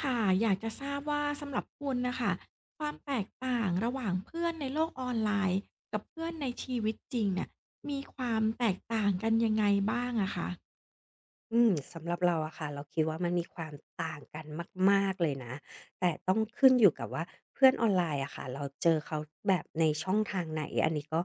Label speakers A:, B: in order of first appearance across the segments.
A: ค่ะอยากจะทราบว่าสำหรับคุณนะค่ะความแตกต่างระหว่างเพื่อนในโลกออนไลน์กับเพื่อนในชีวิตจริงเนี่ยมีความแตกต่างกันยังไงบ้างอะคะ
B: สำหรับเราอะค่ะเราคิดว่ามันมีความต่างกันมากๆเลยนะแต่ต้องขึ้นอยู่กับว่าเพื่อนออนไลน์อะค่ะเราเจอเขาแบบในช่องทางไหนอันนี้ก็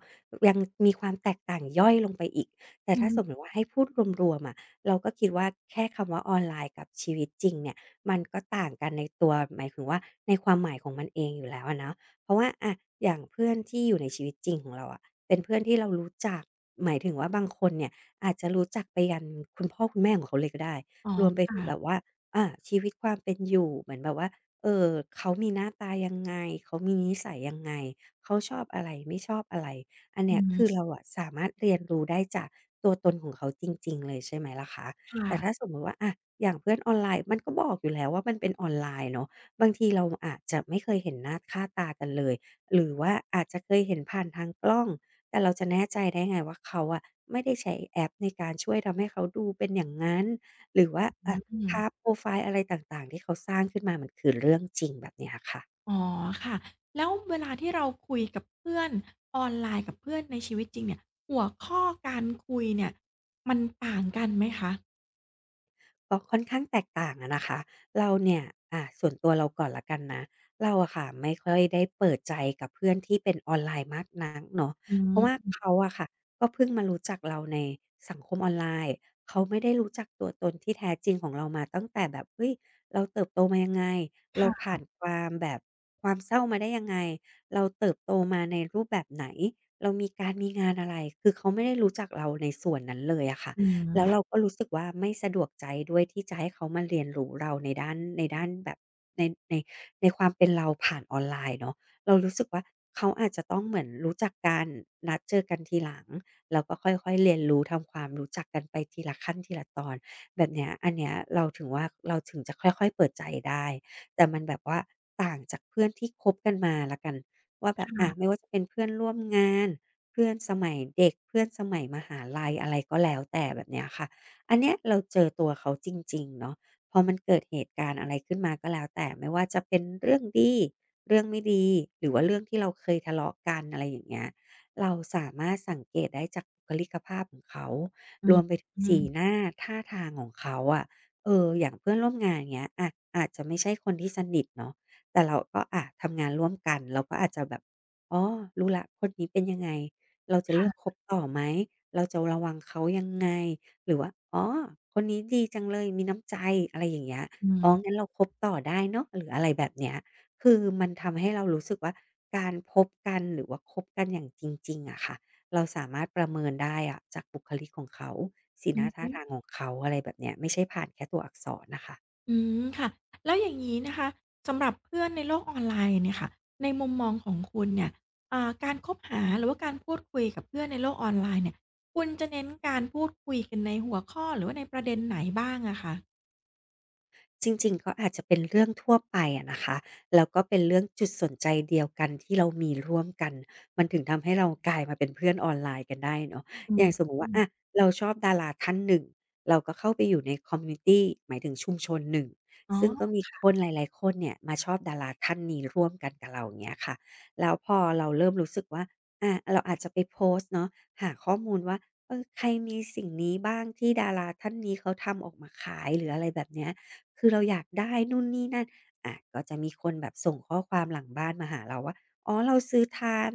B: ยังมีความแตกต่างย่อยลงไปอีกแต่
A: อื
B: ถ้าสมม
A: ม
B: ติว่าให้พูดรวมๆอะเราก็คิดว่าแค่คำว่าออนไลน์กับชีวิตจริงเนี่ยมันก็ต่างกันในตัวหมายถึงว่าในความหมายของมันเองอยู่แล้วอะเนาะเพราะว่าอะอย่างเพื่อนที่อยู่ในชีวิตจริงของเราอะเป็นเพื่อนที่เรารู้จักหมายถึงว่าบางคนเนี่ย อาจจะรู้จักไปยันคุณพ่อคุณแม่ของเขาเลยก็ได้
A: อ๋อ
B: รวมไปถึงแบบ
A: ค่ะ
B: ว่าอาชีวิตความเป็นอยู่เหมือนแบบว่าเอ่อเขามีหน้าตายังไงเขามีนิสัยยังไงเขาชอบอะไรไม่ชอบอะไรอัน
A: อื
B: เนี้ยคื
A: อ
B: อเราอะสามารถเรียนรู้ได้จากตัวตนของเขาจริงๆเลยใช่ไหมล่ะคะ
A: ค่ะ
B: แต่ถ้าสมมุติว่าอะอย่างเพื่อนออนไลน์มันก็บอกอยู่แล้วว่ามันเป็นออนไลน์เนาะบางทีเราอาจจะไม่เคยเห็นหน้าค่าตากันเลยหรือว่าอาจจะเคยเห็นผ่านทางกล้อง แต่เราจะแน่ใจได้ไงว่าเขาอะไม่ได้ใช้แอปในการช่วยทำให้เขาดูเป็นอย่างนั้นหรือว่าอะ
A: อืม
B: ภาพโพรไฟล์อะไรต่างๆที่เขาสร้างขึ้นมามันคือเรื่องจริงแบบเนี้ยค่ะ
A: อ๋อค่ะแล้วเวลาที่เราคุยกับเพื่อนออนไลน์กับเพื่อนในชีวิตจริงเนี่ยหัวข้อการคุยเนี่ยมันต่างกันไหมคะ
B: ก็ค่อนข้างแตกต่างอะนะคะเราเนี่ยส่วนตัวเราก่อนแล้วกันนะเราอะค่ะไม่ค่อยได้เปิดใจกับเพื่อนที่เป็นออนไลน์มากนักเนาะ
A: อื
B: เพราะว่า
A: ม
B: เขาอะค่ะก็เพิ่งมารู้จักเราในสังคมออนไลน์เขาไม่ได้รู้จักตัวตนที่แท้จริงของเรามาตั้งแต่แบบเฮ้ยเราเติบโตมายังไงเรา
A: ค่ะ
B: ผ่านความแบบความเศร้ามาได้ยังไงเราเติบโตมาในรูปแบบไหนเรามีการมีงานอะไรคือเขาไม่ได้รู้จักเราในส่วนนั้นเลยอะค่ะ
A: อื
B: แล้วเรา
A: ม
B: ก็รู้สึกว่าไม่สะดวกใจด้วยที่จะให้เขามาเรียนรู้เราในด้านแบบในในในความเป็นเราผ่านออนไลน์เนาะเรารู้สึกว่าเขาอาจจะต้องเหมือนรู้จักกันนัดเจอกันทีหลังแล้วก็ค่อยๆเรียนรู้ทำความรู้จักกันไปทีละขั้นทีละตอนแบบเนี้ยอันเนี้ยเราถึงจะค่อยๆเปิดใจได้แต่มันแบบว่าต่างจากเพื่อนที่คบกันมาแล้วกันว่าแบ
A: ค
B: บอาไม่
A: ่ะ
B: ว่าจะเป็นเพื่อนร่วมงาน เพื่อนสมัยเด็กเพื่อนสมัยมหาลัยอะไรก็แล้วแต่แบบเนี้ยค่ะอันเนี้ยเราเจอตัวเขาจริงๆเนาะพอมันเกิดเหตุการณ์อะไรขึ้นมาก็แล้วแต่ไม่ว่าจะเป็นเรื่องดีเรื่องไม่ดีหรือว่าเรื่องที่เราเคยทะเลาะกันอะไรอย่างเงี้ยเราสามารถสังเกตได้จากบุคลิกภาพของเขา
A: อื
B: ร
A: ม
B: วมไปถึง
A: อื
B: สี
A: ม
B: หน้าท่าทางของเขาอะเอออย่างเพื่อนร่วมงานอย่างเงี้ยอะอาจจะไม่ใช่คนที่สนิทเนาะแต่เราก็อะทำงานร่วมกันเราก็อาจจะแบบอ๋อรู้แล้วคนนี้เป็นยังไง เราจะเลือก
A: ค่ะ
B: คบต่อไหม เราจะระวังเขายังไง หรือว่าอ๋อคนนี้ดีจังเลย มีน้ำใจอะไรอย่างเงี้ย
A: อื
B: อ๋อ
A: ม
B: งั้นเราคบต่อได้เนาะหรืออะไรแบบเนี้ยคือมันทำให้เรารู้สึกว่าการพบกันหรือว่าคบกันอย่างจริงๆอะค่ะเราสามารถประเมินได้อะจากบุคลิกของเขาสีห
A: อื
B: น้า
A: อ
B: ท่า
A: ฮึ
B: ทางของเขาอะไรแบบเนี้ยไม่ใช่ผ่านแค่ตัวอักษรน่ะค่ะ
A: อืมค่ะแล้วอย่างงี้นะคะสำหรับเพื่อนในโลกออนไลน์เนี่ยค่ะในมุมมองของคุณเนี่ยอ่าการคบหาหรือว่าการพูดคุยกับเพื่อนในโลกออนไลน์เนี่ยคุณจะเน้นการพูดคุยกันในหัวข้อหรือว่าในประเด็นไหนบ้างอะคะ
B: จริงๆก็อาจจะเป็นเรื่องทั่วไปอะนะคะแล้วก็เป็นเรื่องจุดสนใจเดียวกันที่เรามีร่วมกันมันถึงทำให้เรากลายมาเป็นเพื่อนออนไลน์กันได้เนาะ
A: อื
B: อ
A: ม
B: ย่างสมมุติ
A: อื
B: ว่า
A: ม
B: อะเราชอบดาราท่านหนึ่งเราก็เข้าไปอยู่ในคอมมิวนิตีหมายถึงชุมชนหนึ่ง
A: อ๋
B: ซึ่งก็
A: อ
B: มีคนหลายๆคนเนี่ยมาชอบดาราท่านนี้ร่วมกันกับเราอย่างเงี้ยค่ะแล้วพอเราเริ่มรู้สึกว่าอาเราอาจจะไปโพสต์เนาะหาข้อมูลว่าเออใครมีสิ่งนี้บ้างที่ดาราท่านนี้เขาทำออกมาขายหรืออะไรแบบเนี้ย คือเราอยากได้นู่นนี่นั่นอาก็จะมีคนแบบส่งข้อความหลังบ้านมาหาเราว่าอ๋อเราซื้อทัน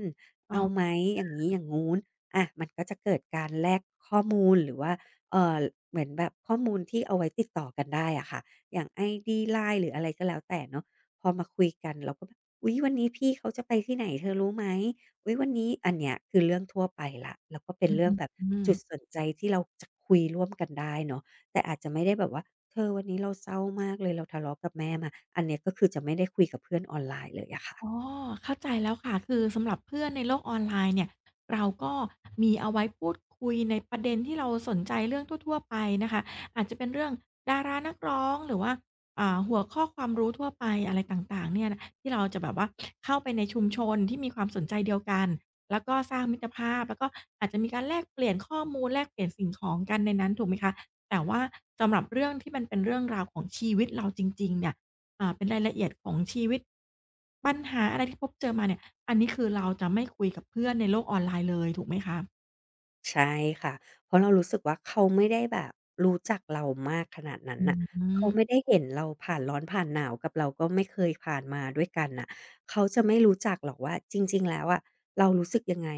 A: ออ
B: เอาไหมอย่างงี้อย่างงู้นอะมันก็จะเกิดการแลกข้อมูลหรือว่าเอ่อเหมือนแบบข้อมูลที่เอาไว้ติดต่อกันได้อะค่ะอย่าง ID LINE หรืออะไรก็แล้วแต่เนาะพอมาคุยกันเราก็แบบอุ๊ยวันนี้พี่เขาจะไปที่ไหนเธอรู้ไหมอุ๊ยวันนี้อันเนี้ยคือเรื่องทั่วไปแล้วแล้วก็เป็น
A: อือ
B: เรื่องแบบ
A: อืม
B: จุดสนใจที่เราจะคุยร่วมกันได้เนาะ แต่อาจจะไม่ได้แบบว่าเธอวันนี้เราเศร้ามากเลยเราทะเลาะกับแม่มาอันเนี้ยก็คือจะไม่ได้คุยกับเพื่อนออนไลน์เลยอะค่ะ
A: อ๋อเข้าใจแล้วค่ะคือสำหรับเพื่อนในโลกออนไลน์เนี่ยเราก็มีเอาไว้พูดคุยในประเด็นที่เราสนใจเรื่องทั่วๆไปนะคะอาจจะเป็นเรื่องดารานักร้องหรือว่าหัวข้อความรู้ทั่วไปอะไรต่างๆเนี่ยนะที่เราจะแบบว่าเข้าไปในชุมชนที่มีความสนใจเดียวกันแล้วก็สร้างมิตรภาพแล้วก็อาจจะมีการแลกเปลี่ยนข้อมูลแลกเปลี่ยนสิ่งของกันในนั้นถูกไหมคะ แต่ว่าสำหรับเรื่องที่มันเป็นเรื่องราวของชีวิตเราจริงๆเนี่ยเป็นรายละเอียดของชีวิตปัญหาอะไรที่พบเจอมาเนี่ยอันนี้คือเราจะไม่คุยกับเพื่อนในโลกออนไลน์เลยถูกไหมคะ
B: ใช่ค่ะเพราะเรารู้สึกว่าเขาไม่ได้แบบรู้จักเรามากขนาดนั้น
A: อ
B: น่ะ
A: ื
B: เขาไม่ได้
A: ม
B: เห็นเราผ่านร้อนผ่านหนาวกับเราก็ไม่เคยผ่านมาด้วยกันน่ะเขาจะไม่รู้จักหรอกว่าจริงๆแล้วอะเรารู้สึกยังไง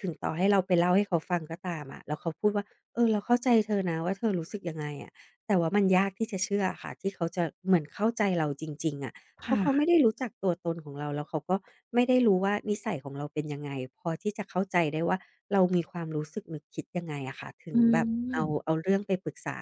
B: ถึงต่อให้เราไปเล่าให้เขาฟังก็ตามอะแล้วเขาพูดว่าเออเราเข้าใจเธอนะว่าเธอรู้สึกยังไงอะแต่ว่ามันยากที่จะเชื่ออะค่ะที่เขาจะเหมือนเข้าใจเราจริงๆอะเพราะเขาไม่
A: ค่ะ
B: ได้รู้จักตัวตนของเราแล้วเขาก็ไม่ได้รู้ว่านิสัยของเราเป็นยังไงพอที่จะเข้าใจได้ว่า เรามีความรู้สึกนึกคิดยังไงอะคะถึง
A: อื
B: แบบ
A: ม
B: เอาเรื่องไปปรึกษา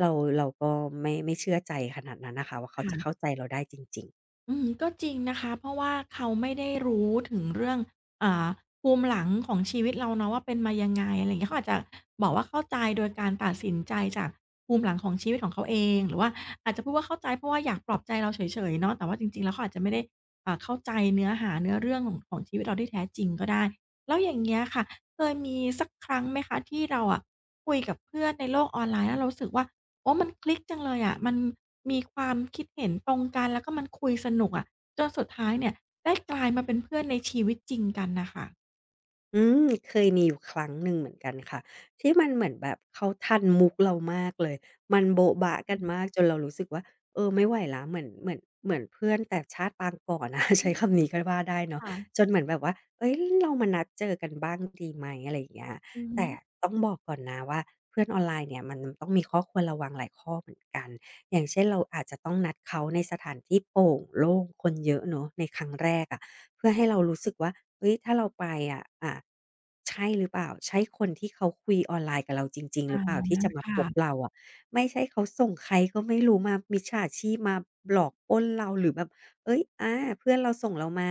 B: เราเราก็ไม่เชื่อใจขนาดนั้นน่ะค่ะว่าเขาจะเข้า
A: ค่ะ
B: ใจเราได้จริงๆ
A: อืมก็จริงนะคะเพราะว่าเขาไม่ได้รู้ถึงเรื่องอ่าภูมิหลังของชีวิตเราเนาะว่าเป็นมายังไงอะไรอย่างเงี้ยเขาอาจจะบอกว่าเข้าใจโดยการตัดสินใจจากภูมิหลังของชีวิตของเขาเองหรือว่าอาจจะพูดว่าเข้าใจเพราะว่าอยากปลอบใจเราเฉยๆเนาะแต่ว่าจริงๆแล้วเขาอาจจะไม่ได้เข้าใจเนื้อหาเนื้อเรื่องของชีวิตเราที่แท้จริงก็ได้แล้วอย่างเงี้ยค่ะเคยมีสักครั้งไหมคะที่เราอะคุยกับเพื่อนในโลกออนไลน์แล้วเรารู้สึกว่า โอ้มันคลิกจังเลยอะมันมีความคิดเห็นตรงกันแล้วก็มันคุยสนุกอะจนสุดท้ายเนี่ยได้กลายมาเป็นเพื่อนในชีวิตจริงกันน่ะค่ะ
B: อืมเคยมีอยู่ครั้งหนึ่งเหมือนกันค่ะที่มันเหมือนแบบเขาทันมุกเรามากเลยมันโบ๊ะบ๊ะกั
A: อื
B: นมาก
A: ม
B: จนเรารู้สึกว่าเออไม่ไหวแล้วเหมือนเพื่อนแต่ชาติปางก่อนอะ
A: อื
B: ใช้
A: ม
B: คำนี้ก็ว่าได้เนาะ
A: ค่ะ
B: จนเหมือนแบบว่าเฮ้ยเรามานัดเจอกันบ้างดีไหมอะไรอย่างเงี้ย
A: อือฮึ
B: แต่ต้องบอกก่อนนะว่าเพื่อนออนไลน์เนี่ยมันต้องมีข้อควรระวังหลายข้อเหมือนกันอย่างเช่นเราอาจจะต้องนัดเขาในสถานที่โปร่งโล่งคนเยอะเนาะในครั้งแรกอะ เพื่อให้เรารู้สึกว่าเฮ้ยถ้าเราไปอะใช่หรือเปล่าใช่คนที่เขาคุยออนไลน์กับเราจริงๆหรื
A: อา
B: อเปล่าที่จะมาพ
A: ค่ะ
B: บเราอะไม่ใช่เขาส่งใครก็ไม่รู้มามิจฉาชีพมาหลอกปล้นเราหรือแบบเฮ้ยอาเพื่อนเราส่งเรามา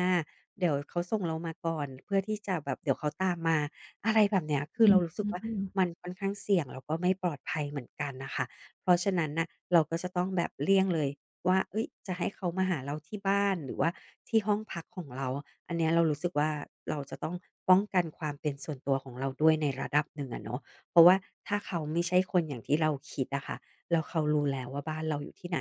B: เดี๋ยวเขาส่งเรามาก่อนเพื่อที่จะแบบเดี๋ยวเขาตามมาอะไรแบบเนี้ยคือ
A: อื
B: เรา
A: ม
B: รู้สึ
A: อื
B: กว่า
A: อ
B: มันค่อนข้างเสี่ยงแล้วก็ไม่ปลอดภัยเหมือนกันน่ะค่ะเพราะฉะนั้นน่ะเราก็จะต้องแบบเลี่ยงเลย ว่าเอ้ยจะให้เขามาหาเราที่บ้านหรือว่าที่ห้องพักของเราอันเนี้ยเรารู้สึกว่าเราจะต้องป้องกันความเป็นส่วนตัวของเราด้วยในระดับหนึ่งอะเนาะเพราะว่าถ้าเขาไม่ใช่คนอย่างที่เราคิดอะค่ะแล้วเขารู้แล้วว่าบ้านเราอยู่ที่ไหน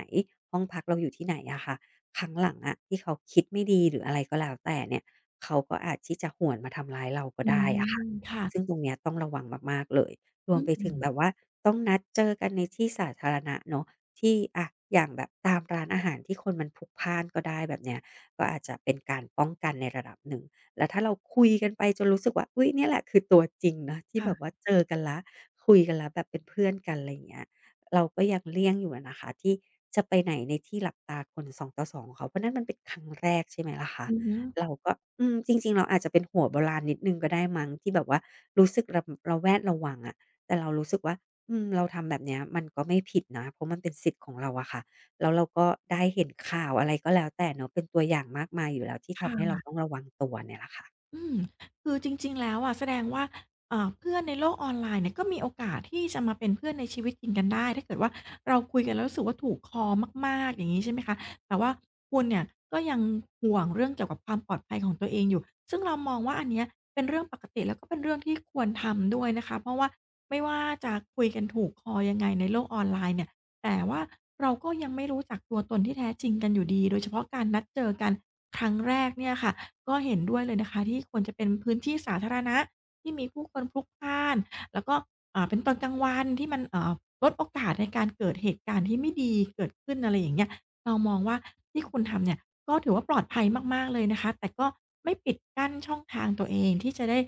B: ห้องพักเราอยู่ที่ไหนอะค่ะครั้งหลังอะที่เขาคิดไม่ดีหรืออะไรก็แล้วแต่เนี่ยเขาก็อาจที่จะหวนมาทำร้ายเราก็
A: อืม
B: ได้
A: อื
B: อะค่ะ
A: มค่ะ
B: ซึ่งตรงเนี้ยต้องระวังมากๆเลยรว
A: อื
B: มไป
A: อื
B: ถึง
A: ม
B: แบบว่าต้องนัดเจอกันในที่สาธารณะเนาะ ที่อะอย่างแบบตามร้านอาหารที่คนมันพลุกพล่านก็ได้แบบเนี้ยก็อาจจะเป็นการป้องกันในระดับหนึ่งแล้วถ้าเราคุยกันไปจนรู้สึกว่าอุ๊ยเนี่ยแหละคือตัวจริงเนาะที่แบบ
A: ค่ะ
B: ว่าเจอกันแล้วคุยกันแล้วแบบเป็นเพื่อนกันอะไรอย่างเงี้ยเราก็ยังเลี่ยงอยู่อะนะคะที่จะไปไหนในที่หลับตาคน2:2ของเขาเพราะนั่นมันเป็นครั้งแรกใช่ไหมล่ะคะ
A: อือฮึ
B: เราก็อืมจริงๆเราอาจจะเป็นหัวโบราณนิดหนึ่งก็ได้มั้งที่แบบว่ารู้สึกระแวดระวังอะแต่เรารู้สึกว่า อืมเราทำแบบเนี้ยมันก็ไม่ผิดนะเพราะมันเป็นสิทธิ์ของเราอะค่ะแล้วเราก็ได้เห็นข่าวอะไรก็แล้วแต่เนาะเป็นตัวอย่างมากมายอยู่แล้วที่
A: ค่
B: ทำให้เรา
A: ะ
B: ต้องระวังตัวเนี่ยแหละค่ะ
A: อืมคือจริงๆแล้วอะแสดงว่าเพื่อนในโลกออนไลน์เนี่ยก็มีโอกาสที่จะมาเป็นเพื่อนในชีวิตจริงกันได้ถ้าเกิดว่าเราคุยกันแล้วรู้สึกว่าถูกคอมากๆอย่างงี้ใช่ไหมคะแต่ว่าคุณเนี่ยก็ยังห่วงเรื่องเกี่ยวกับความปลอดภัยของตัวเองอยู่ซึ่งเรามองว่าอันเนี้ยเป็นเรื่องปกติแล้วก็เป็นเรื่องที่ควรทำด้วยนะคะเพราะว่าไม่ว่าจะคุยกันถูกคอยังไงในโลกออนไลน์เนี่ย แต่ว่าเราก็ยังไม่รู้จักตัวตนที่แท้จริงกันอยู่ดีโดยเฉพาะการนัดเจอกันครั้งแรกเนี่ยค่ะก็เห็นด้วยเลยนะคะที่ควรจะเป็นพื้นที่สาธารณะที่มีผู้คนพลุกพล่านแล้วก็เป็นตอนกลางวันที่มันลดโอกาสในการเกิดเหตุการณ์ที่ไม่ดีเกิดขึ้นอะไรอย่างเงี้ยเรามองว่าที่คุณทำเนี่ยก็ถือว่าปลอดภัยมากๆเลยนะคะแต่ก็ไม่ปิดกั้นช่องทางตัวเองที่จะได้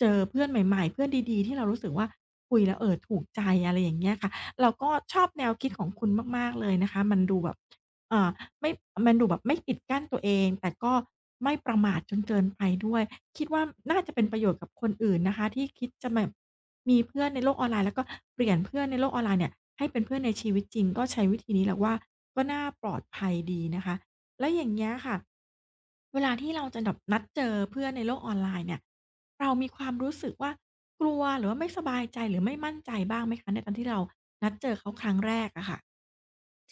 A: เจอเพื่อนใหม่ๆเพื่อนดีๆที่เรารู้สึกว่าคุยแล้วถูกใจอะไรอย่างเงี้ยค่ะ เราก็ชอบแนวคิดของคุณมากๆเลยนะคะ มันดูแบบเอ่อไม่มันดูแบบไม่ปิดกั้นตัวเอง แต่ก็ไม่ประมาทจนเกินไปด้วยคิดว่าน่าจะเป็นประโยชน์กับคนอื่นนะคะที่คิดจะแบบมีเพื่อนในโลกออนไลน์แล้วก็เปลี่ยนเพื่อนในโลกออนไลน์เนี่ยให้เป็นเพื่อนในชีวิตจริงก็ใช้วิธีนี้เราว่าก็น่าปลอดภัยดีนะคะ แล้วอย่างเงี้ยค่ะเวลาที่เราจะแบบนัดเจอเพื่อนในโลกออนไลน์เนี่ยเรามีความรู้สึกว่ากลัวหรือว่าไม่สบายใจหรือไม่มั่นใจบ้างไหมคะในตอนที่เรานัดเจอเขาครั้งแรกอะค่ะ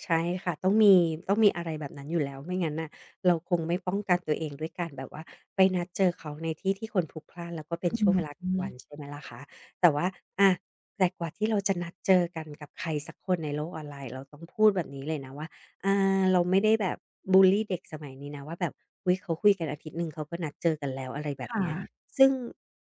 B: ใช่ค่ะต้องมีต้องมีอะไรแบบนั้นอยู่แล้วไม่งั้นน่ะเราคงไม่ป้องกันตัวเองด้วยการแบบว่าไปนัดเจอเขาในที่ที่คนพลุกพล่านแล้วก็เป็น
A: อื
B: ช่วงเวลา
A: ม
B: กลางวันใช่ไหมล่ะคะแต่ว่าอะแต่กว่าที่เราจะนัดเจอกันกับใครสักคนในโลกออนไลน์เราต้องพูดแบบนี้เลยนะว่าอาเราไม่ได้แบบบุลลีเด็กสมัยนี้นะว่าแบบอุ๊ยเขาคุยกันอาทิตย์หนึ่งเขาก็นัดเจอกันแล้วอะไรแบบ
A: ค่ะ
B: เนี้ยซึ่ง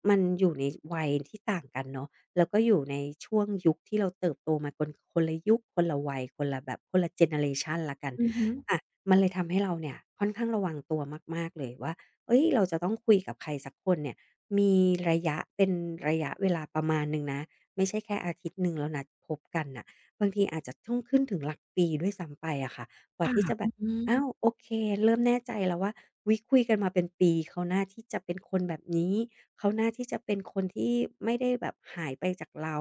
B: มันอยู่ในวัยที่ต่างกันเนาะ แล้วก็อยู่ในช่วงยุคที่เราเติบโตมาคนคนละยุคคนละวัยคนละแบบคนละเจเนอเรชันละกัน
A: อือฮึ
B: อะมันเลยทำให้เราเนี่ยค่อนข้างระวังตัวมากๆเลยว่าเฮ้ยเราจะต้องคุยกับใครสักคนเนี่ยมีระยะเป็นระยะเวลาประมาณหนึ่งนะไม่ใช่แค่อาทิตย์หนึ่งแล้วนัดพบกันน่ะบางทีอาจจะต้องขึ้นถึงหลักปีด้วยซ้ำไปอะค่ะกว่า
A: ค่ะ
B: ที่จะแบบ
A: อื
B: อ้า
A: ม
B: วโอเคเริ่มแน่ใจแล้วว่าอุ๊ยคุยกันมาเป็นปีเขาน่าที่จะเป็นคนแบบนี้ เขาน่าที่จะเป็นคนที่ไม่ได้แบบหายไปจากเรา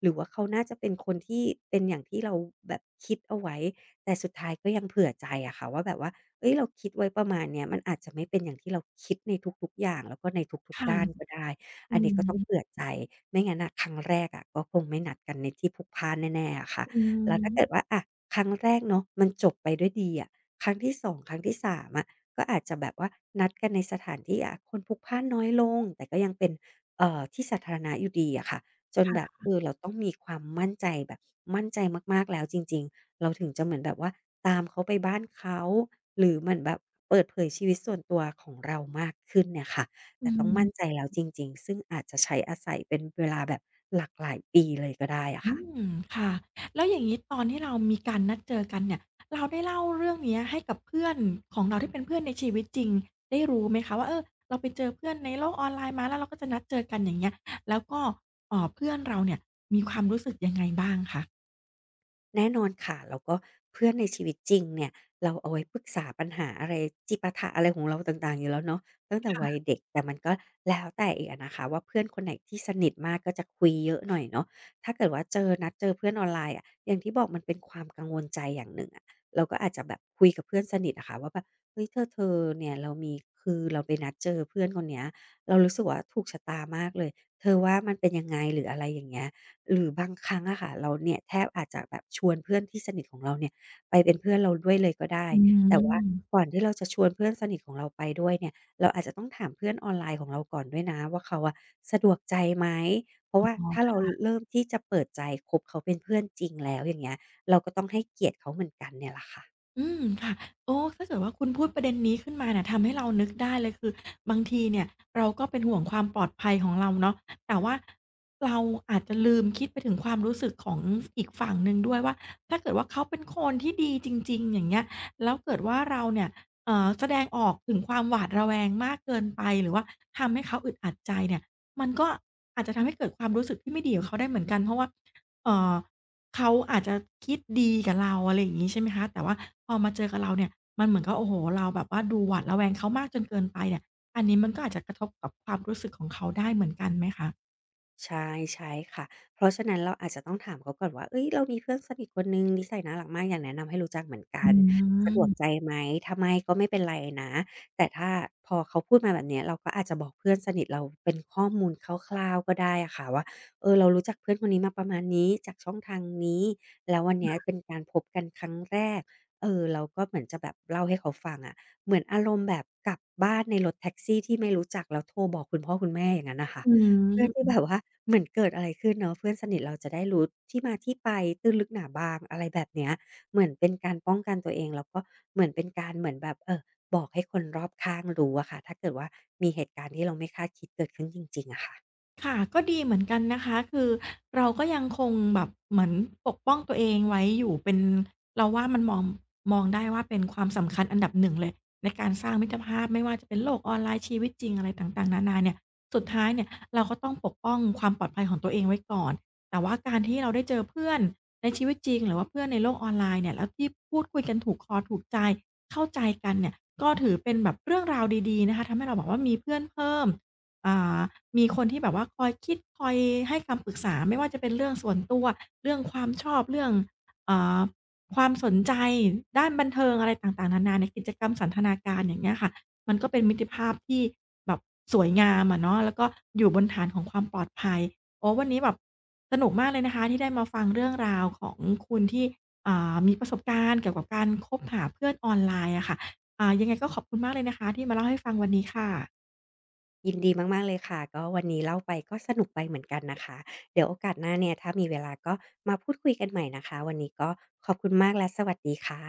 B: หรือว่าเขาน่าจะเป็นคนที่เป็นอย่างที่เราแบบคิดเอาไว้แต่สุดท้ายก็ยังเผื่อใจอะค่ะว่าแบบว่าเอ้ยเราคิดไว้ประมาณเนี้ยมันอาจจะไม่เป็นอย่างที่เราคิดในทุกๆอย่างแล้วก็ในทุกๆด้าน
A: ค่ะ
B: ก็ได้อั
A: อื
B: นนี้ก็ต้องเผื่อ
A: ม
B: ใจไม่งั้นน่ะครั้งแรกอะก็คงไม่นัดกันในที่พลุกพล่านแน่ๆอะค่ะ
A: อื
B: แล้วถ้าเกิด
A: ม
B: ว่าอะครั้งแรกเนาะมันจบไปด้วยดีอะครั้งที่2ครั้งที่สามอะ ก็อาจจะแบบว่านัดกันในสถานที่อะคนพลุกพล่านน้อยลงแต่ก็ยังเป็นที่สาธารณะอยู่ดีอะค่ะจนแบบเออเราต้องมีความมั่นใจแบบมั่นใจมากๆแล้วจริงๆเราถึงจะเหมือนแบบว่าตามเขาไปบ้านเขาหรือเหมือนแบบเปิดเผยชีวิตส่วนตัวของเรามากขึ้นเนี่ยค่ะ
A: อื
B: แต่ต้องมั่น
A: ม
B: ใจแล้วจริงๆซึ่งอาจจะใช้อาศัยเป็นเวลาแบบหลากหลายปีเลยก็ได้อะ
A: อื
B: ค่ะ
A: มค่ะแล้วอย่างงี้ตอนที่เรามีการนัดเจอกันเนี่ยเราได้เล่าเรื่องเนี้ยให้กับเพื่อนของเราที่เป็นเพื่อนในชีวิตจริงได้รู้ไหมคะว่าเออเราไปเจอเพื่อนในโลกออนไลน์มาแล้วเราก็จะนัดเจอกันอย่างเงี้ยแล้วก็เพื่อนเราเนี่ยมีความรู้สึกยังไงบ้างคะ
B: แน่นอนค่ะแล้วก็เพื่อนในชีวิตจริงเนี่ยเราเอาไว้ปรึกษาปัญหาอะไรจิปาถะอะไรของเราต่างๆอยู่แล้วเนาะตั้งแต่วัยเด็กแต่มันก็แล้วแต่อีกอะนะคะว่าเพื่อนคนไหนที่สนิทมากก็จะคุยเยอะหน่อยเนาะถ้าเกิดว่าเจอนัดเจอเพื่อนออนไลน์อะอย่างที่บอกมันเป็นความกังวลใจอย่างหนึ่งอะเราก็อาจจะแบบคุยกับเพื่อนสนิทอะค่ะว่าแบบเฮ้ยเธอเธอเนี่ยเรามีคือเราไปนัดเจอเพื่อนคนเนี้ยเรารู้สึกว่าถูกชะตามากเลยเธอว่ามันเป็นยังไงหรืออะไรอย่างเงี้ย หรือบางครั้งอะค่ะเราเนี่ยแทบอาจจะแบบชวนเพื่อนที่สนิทของเราเนี่ยไปเป็นเพื่อนเราด้วยเลยก็ได้
A: อื
B: แต่ว่า
A: ม
B: ก่อนที่เราจะชวนเพื่อนสนิทของเราไปด้วยเนี่ยเราอาจจะต้องถามเพื่อนออนไลน์ของเราก่อนด้วยนะว่าเขาอะสะดวกใจไหมเพราะว่า
A: อ๋
B: ถ้าเรา
A: อ
B: เริ่มที่จะเปิดใจคบเขาเป็นเพื่อนจริงแล้วอย่างเงี้ยเราก็ต้องให้เกียรติเขาเหมือนกันเนี่ยแหละค่ะ
A: อืมค่ะโอ้ถ้าเกิดว่าคุณพูดประเด็นนี้ขึ้นมาเนี่ยทำให้เรานึกได้เลยคือบางทีเนี่ยเราก็เป็นห่วงความปลอดภัยของเราเนาะแต่ว่าเราอาจจะลืมคิดไปถึงความรู้สึกของอีกฝั่งหนึ่งด้วยว่าถ้าเกิดว่าเขาเป็นคนที่ดีจริงๆอย่างเงี้ยแล้วเกิดว่าเราเนี่ยแสดงออกถึงความหวาดระแวงมากเกินไปหรือว่าทำให้เขาอึดอัดใจเนี่ยมันก็อาจจะทำให้เกิดความรู้สึกที่ไม่ดีกับเขาได้เหมือนกันเพราะว่าเอ่อ เขาอาจจะคิดดีกับเราอะไรอย่างงี้ใช่ไหมคะแต่ว่าพอมาเจอกับเราเนี่ยมันเหมือนกับโอ้โฮเราแบบว่าดูหวาดระแวงเขามากจนเกินไปเนี่ยอันนี้มันก็อาจจะกระทบกับความรู้สึกของเขาได้เหมือนกันไหมคะ
B: ใช่ใช่ค่ะเพราะฉะนั้นเราอาจจะต้องถามเขาก่อนว่าเฮ้ยเรามีเพื่อนสนิทคนหนึ่งนิสัยน่ารักมากอยากแนะนำให้รู้จักเหมือนกั
A: อื
B: นสะดวกใจ
A: ม
B: ไหมถ้าไม่ก็ไม่เป็นไรนะแต่ถ้าพอเขาพูดมาแบบเนี้ยเราก็อาจจะบอกเพื่อนสนิทเราเป็นข้อมูลคร่าวๆก็ได้อะค่ะว่าเออเรารู้จักเพื่อนคนนี้มาประมาณนี้จากช่องทางนี้แล้ววันเนี้ยเป็นการพบกันครั้งแรกเออเราก็เหมือนจะแบบเล่าให้เขาฟังอะเหมือนอารมณ์แบบกลับบ้านในรถแท็กซี่ที่ไม่รู้จักแล้วโทรบอกคุณพ่อคุณแม่อย่างงั้นน่ะค่ะ
A: อื
B: เพื่อที่
A: ม
B: แบบว่าเหมือนเกิดอะไรขึ้นเนาะเพื่อนสนิทเราจะได้รู้ที่มาที่ไปตื้นลึกหนาบางอะไรแบบเนี้ยเหมือนเป็นการป้องกันตัวเองแล้วก็เหมือนเป็นการเหมือนแบบบอกให้คนรอบข้างรู้อะค่ะถ้าเกิดว่ามีเหตุการณ์ที่เราไม่คาดคิดเกิดขึ้นจริงๆอะค่ะ
A: ค่ะก็ดีเหมือนกันนะคะคือเราก็ยังคงแบบเหมือนปกป้องตัวเองไว้อยู่เป็นเราว่ามันมองได้ว่าเป็นความสำคัญอันดับหนึ่งเลยในการสร้างมิตรภาพไม่ว่าจะเป็นโลกออนไลน์ชีวิตจริงอะไรต่างๆนานาเนี่ยสุดท้ายเนี่ยเราก็ต้องปกป้องความปลอดภัยของตัวเองไว้ก่อนแต่ว่าการที่เราได้เจอเพื่อนในชีวิตจริงหรือว่าเพื่อนในโลกออนไลน์เนี่ยแล้วที่พูดคุยกันถูกคอถูกใจเข้าใจกันเนี่ยก็ถือเป็นแบบเรื่องราวดีๆนะคะทำให้เราแบบว่ามีเพื่อนเพิ่มอ่า มีคนที่แบบว่าคอยคิดคอยให้คำปรึกษาไม่ว่าจะเป็นเรื่องส่วนตัวเรื่องความชอบเรื่องเอ่อความสนใจด้านบันเทิงอะไรต่างๆนานาในกิจกรรมสันทนาการอย่างเงี้ยค่ะมันก็เป็นมิตรภาพที่แบบสวยงามอะเนาะแล้วก็อยู่บนฐานของความปลอดภัยโอ้วันนี้แบบสนุกมากเลยนะคะที่ได้มาฟังเรื่องราวของคุณที่อ่ามีประสบการณ์เกี่ยวกับการคบหาเพื่อนออนไลน์อะค่ะอ่ายังไงก็ขอบคุณมากเลยนะคะที่มาเล่าให้ฟังวันนี้ค่ะ
B: ยินดีมากๆเลยค่ะก็วันนี้เล่าไปก็สนุกไปเหมือนกันนะคะเดี๋ยวโอกาสหน้าเนี่ยถ้ามีเวลาก็มาพูดคุยกันใหม่นะคะวันนี้ก็ขอบคุณมากและสวัสดีค่ะ